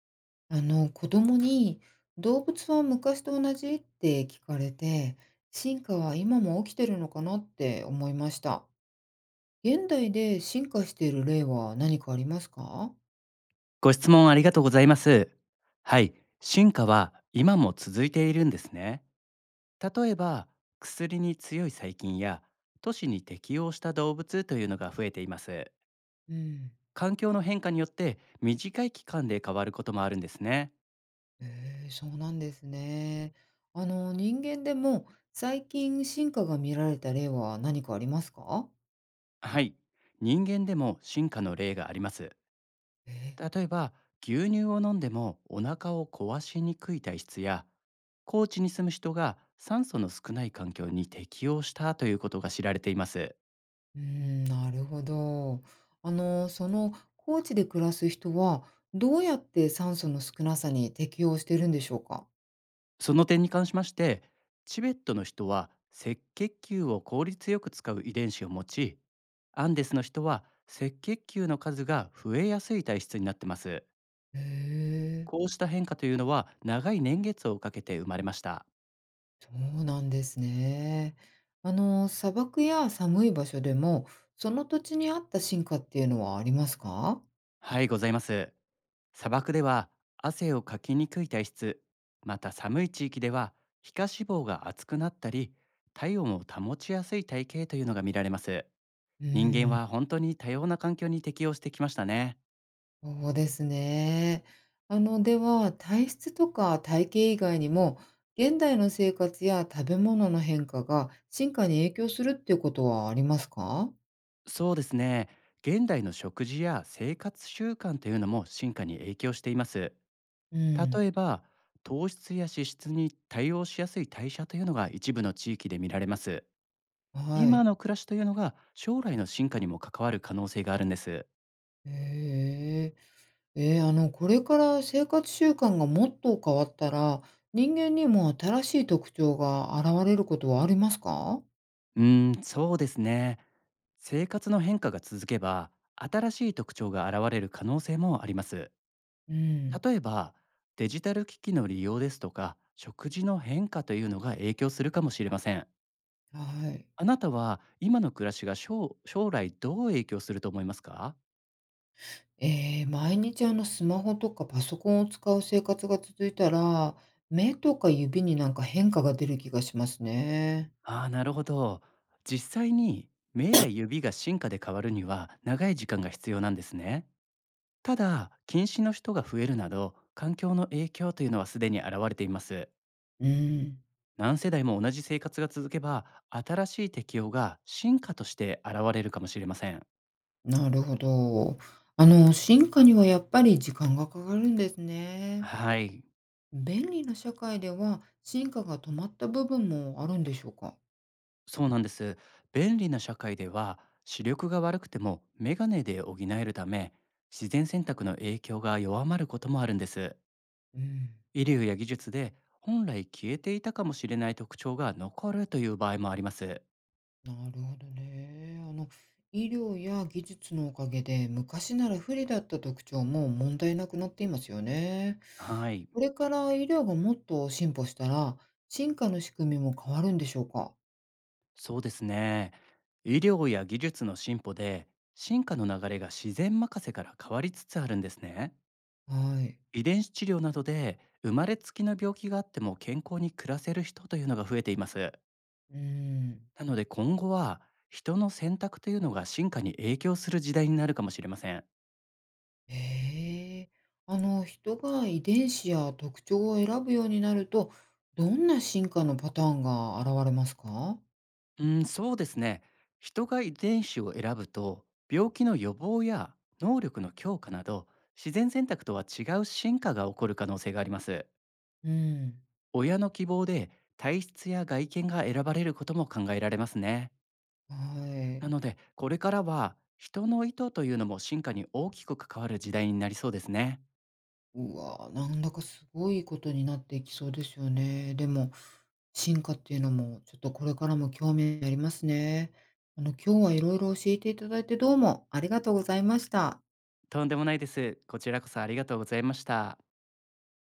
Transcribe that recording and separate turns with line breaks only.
子供に「動物は昔と同じ？」って聞かれて、進化は今も起きてるのかなって思いました。現代で進化している例は何かありますか？
ご質問ありがとうございます。はい、進化は今も続いているんですね。例えば、薬に強い細菌や都市に適応した動物というのが増えています。
うん。
環境の変化によって短い期間で変わることもあるんですね。
そうなんですね。人間でも最近進化が見られた例は何かありますか？
はい、人間でも進化の例があります。
えー。
例えば、牛乳を飲んでもお腹を壊しにくい体質や高地に住む人が酸素の少ない環境に適応したということが知られています。
うーん、なるほど。その高地で暮らす人は、どうやって酸素の少なさに適応してるんでしょうか？
その点に関しまして、チベットの人は赤血球を効率よく使う遺伝子を持ち、アンデスの人は赤血球の数が増えやすい体質になってます。
へえ、
こうした変化というのは長い年月をかけて生まれました。
そうなんですね。砂漠や寒い場所でも、その土地に合った進化っていうのはありますか？
はい、ございます。砂漠では汗をかきにくい体質、また寒い地域では皮下脂肪が厚くなったり、体温を保ちやすい体型というのが見られます。
うー
人間
ん、
は本当に多様な環境に適応してきましたね。
そうですね。では、体質とか体型以外にも、現代の生活や食べ物の変化が進化に影響するっていうことはありますか？
そうですね。現代の食事や生活習慣というのも進化に影響しています。
うん、
例えば、糖質や脂質に対応しやすい代謝というのが一部の地域で見られます。
は
今
い。
の暮らしというのが将来の進化にも関わる可能性があるんです。
ええ。これから生活習慣がもっと変わったら、人間にも新しい特徴が現れることはありますか？
うーん、そうですね。生活の変化が続けば、新しい特徴が現れる可能性もあります。
うん、
例えば、デジタル機器の利用ですとか、食事の変化というのが影響するかもしれません。
はい。
あなたは今の暮らしが将来どう影響すると思いますか？
ええ、毎日スマホとかパソコンを使う生活が続いたら、目とか指になんか変化が出る気がしますね。
ああー、なるほど。実際に目や指が進化で変わるには長い時間が必要なんですね。ただ、近視の人が増えるなど、環境の影響というのはすでに現れています。
うん、
何世代も同じ生活が続けば、新しい適応が進化として現れるかもしれません。
なるほど。進化にはやっぱり時間がかかるんですね。
はい。
便利な社会では進化が止まった部分もあるんでしょうか？
そうなんです。便利な社会では、視力が悪くてもメガネで補えるため、自然選択の影響が弱まることもあるんです。
うん、
医療や技術で、本来消えていたかもしれない特徴が残るという場合もあります。
なるほどね。医療や技術のおかげで昔なら不利だった特徴も問題なくなっていますよね。
はい、
これから医療がもっと進歩したら進化の仕組みも変わるんでしょうか？
そうですね。医療や技術の進歩で、進化の流れが自然任せから変わりつつあるんですね。
はい。
遺伝子治療などで、生まれつきの病気があっても健康に暮らせる人というのが増えています。
うん。
なので今後は、人の選択というのが進化に影響する時代になるかもしれません。
ええ、人が遺伝子や特徴を選ぶようになるとどんな進化のパターンが現れますか？
うん、そうですね。人が遺伝子を選ぶと、病気の予防や能力の強化など、自然選択とは違う進化が起こる可能性があります。
うん。
親の希望で、体質や外見が選ばれることも考えられますね。
はい。
なのでこれからは、人の意図というのも進化に大きく関わる時代になりそうですね。
うわー、なんだかすごいことになっていきそうですよね。でも、進化っていうのも、ちょっとこれからも興味ありますね。今日はいろいろ教えていただいてどうもありがとうございました。
とんでもないです。こちらこそありがとうございました。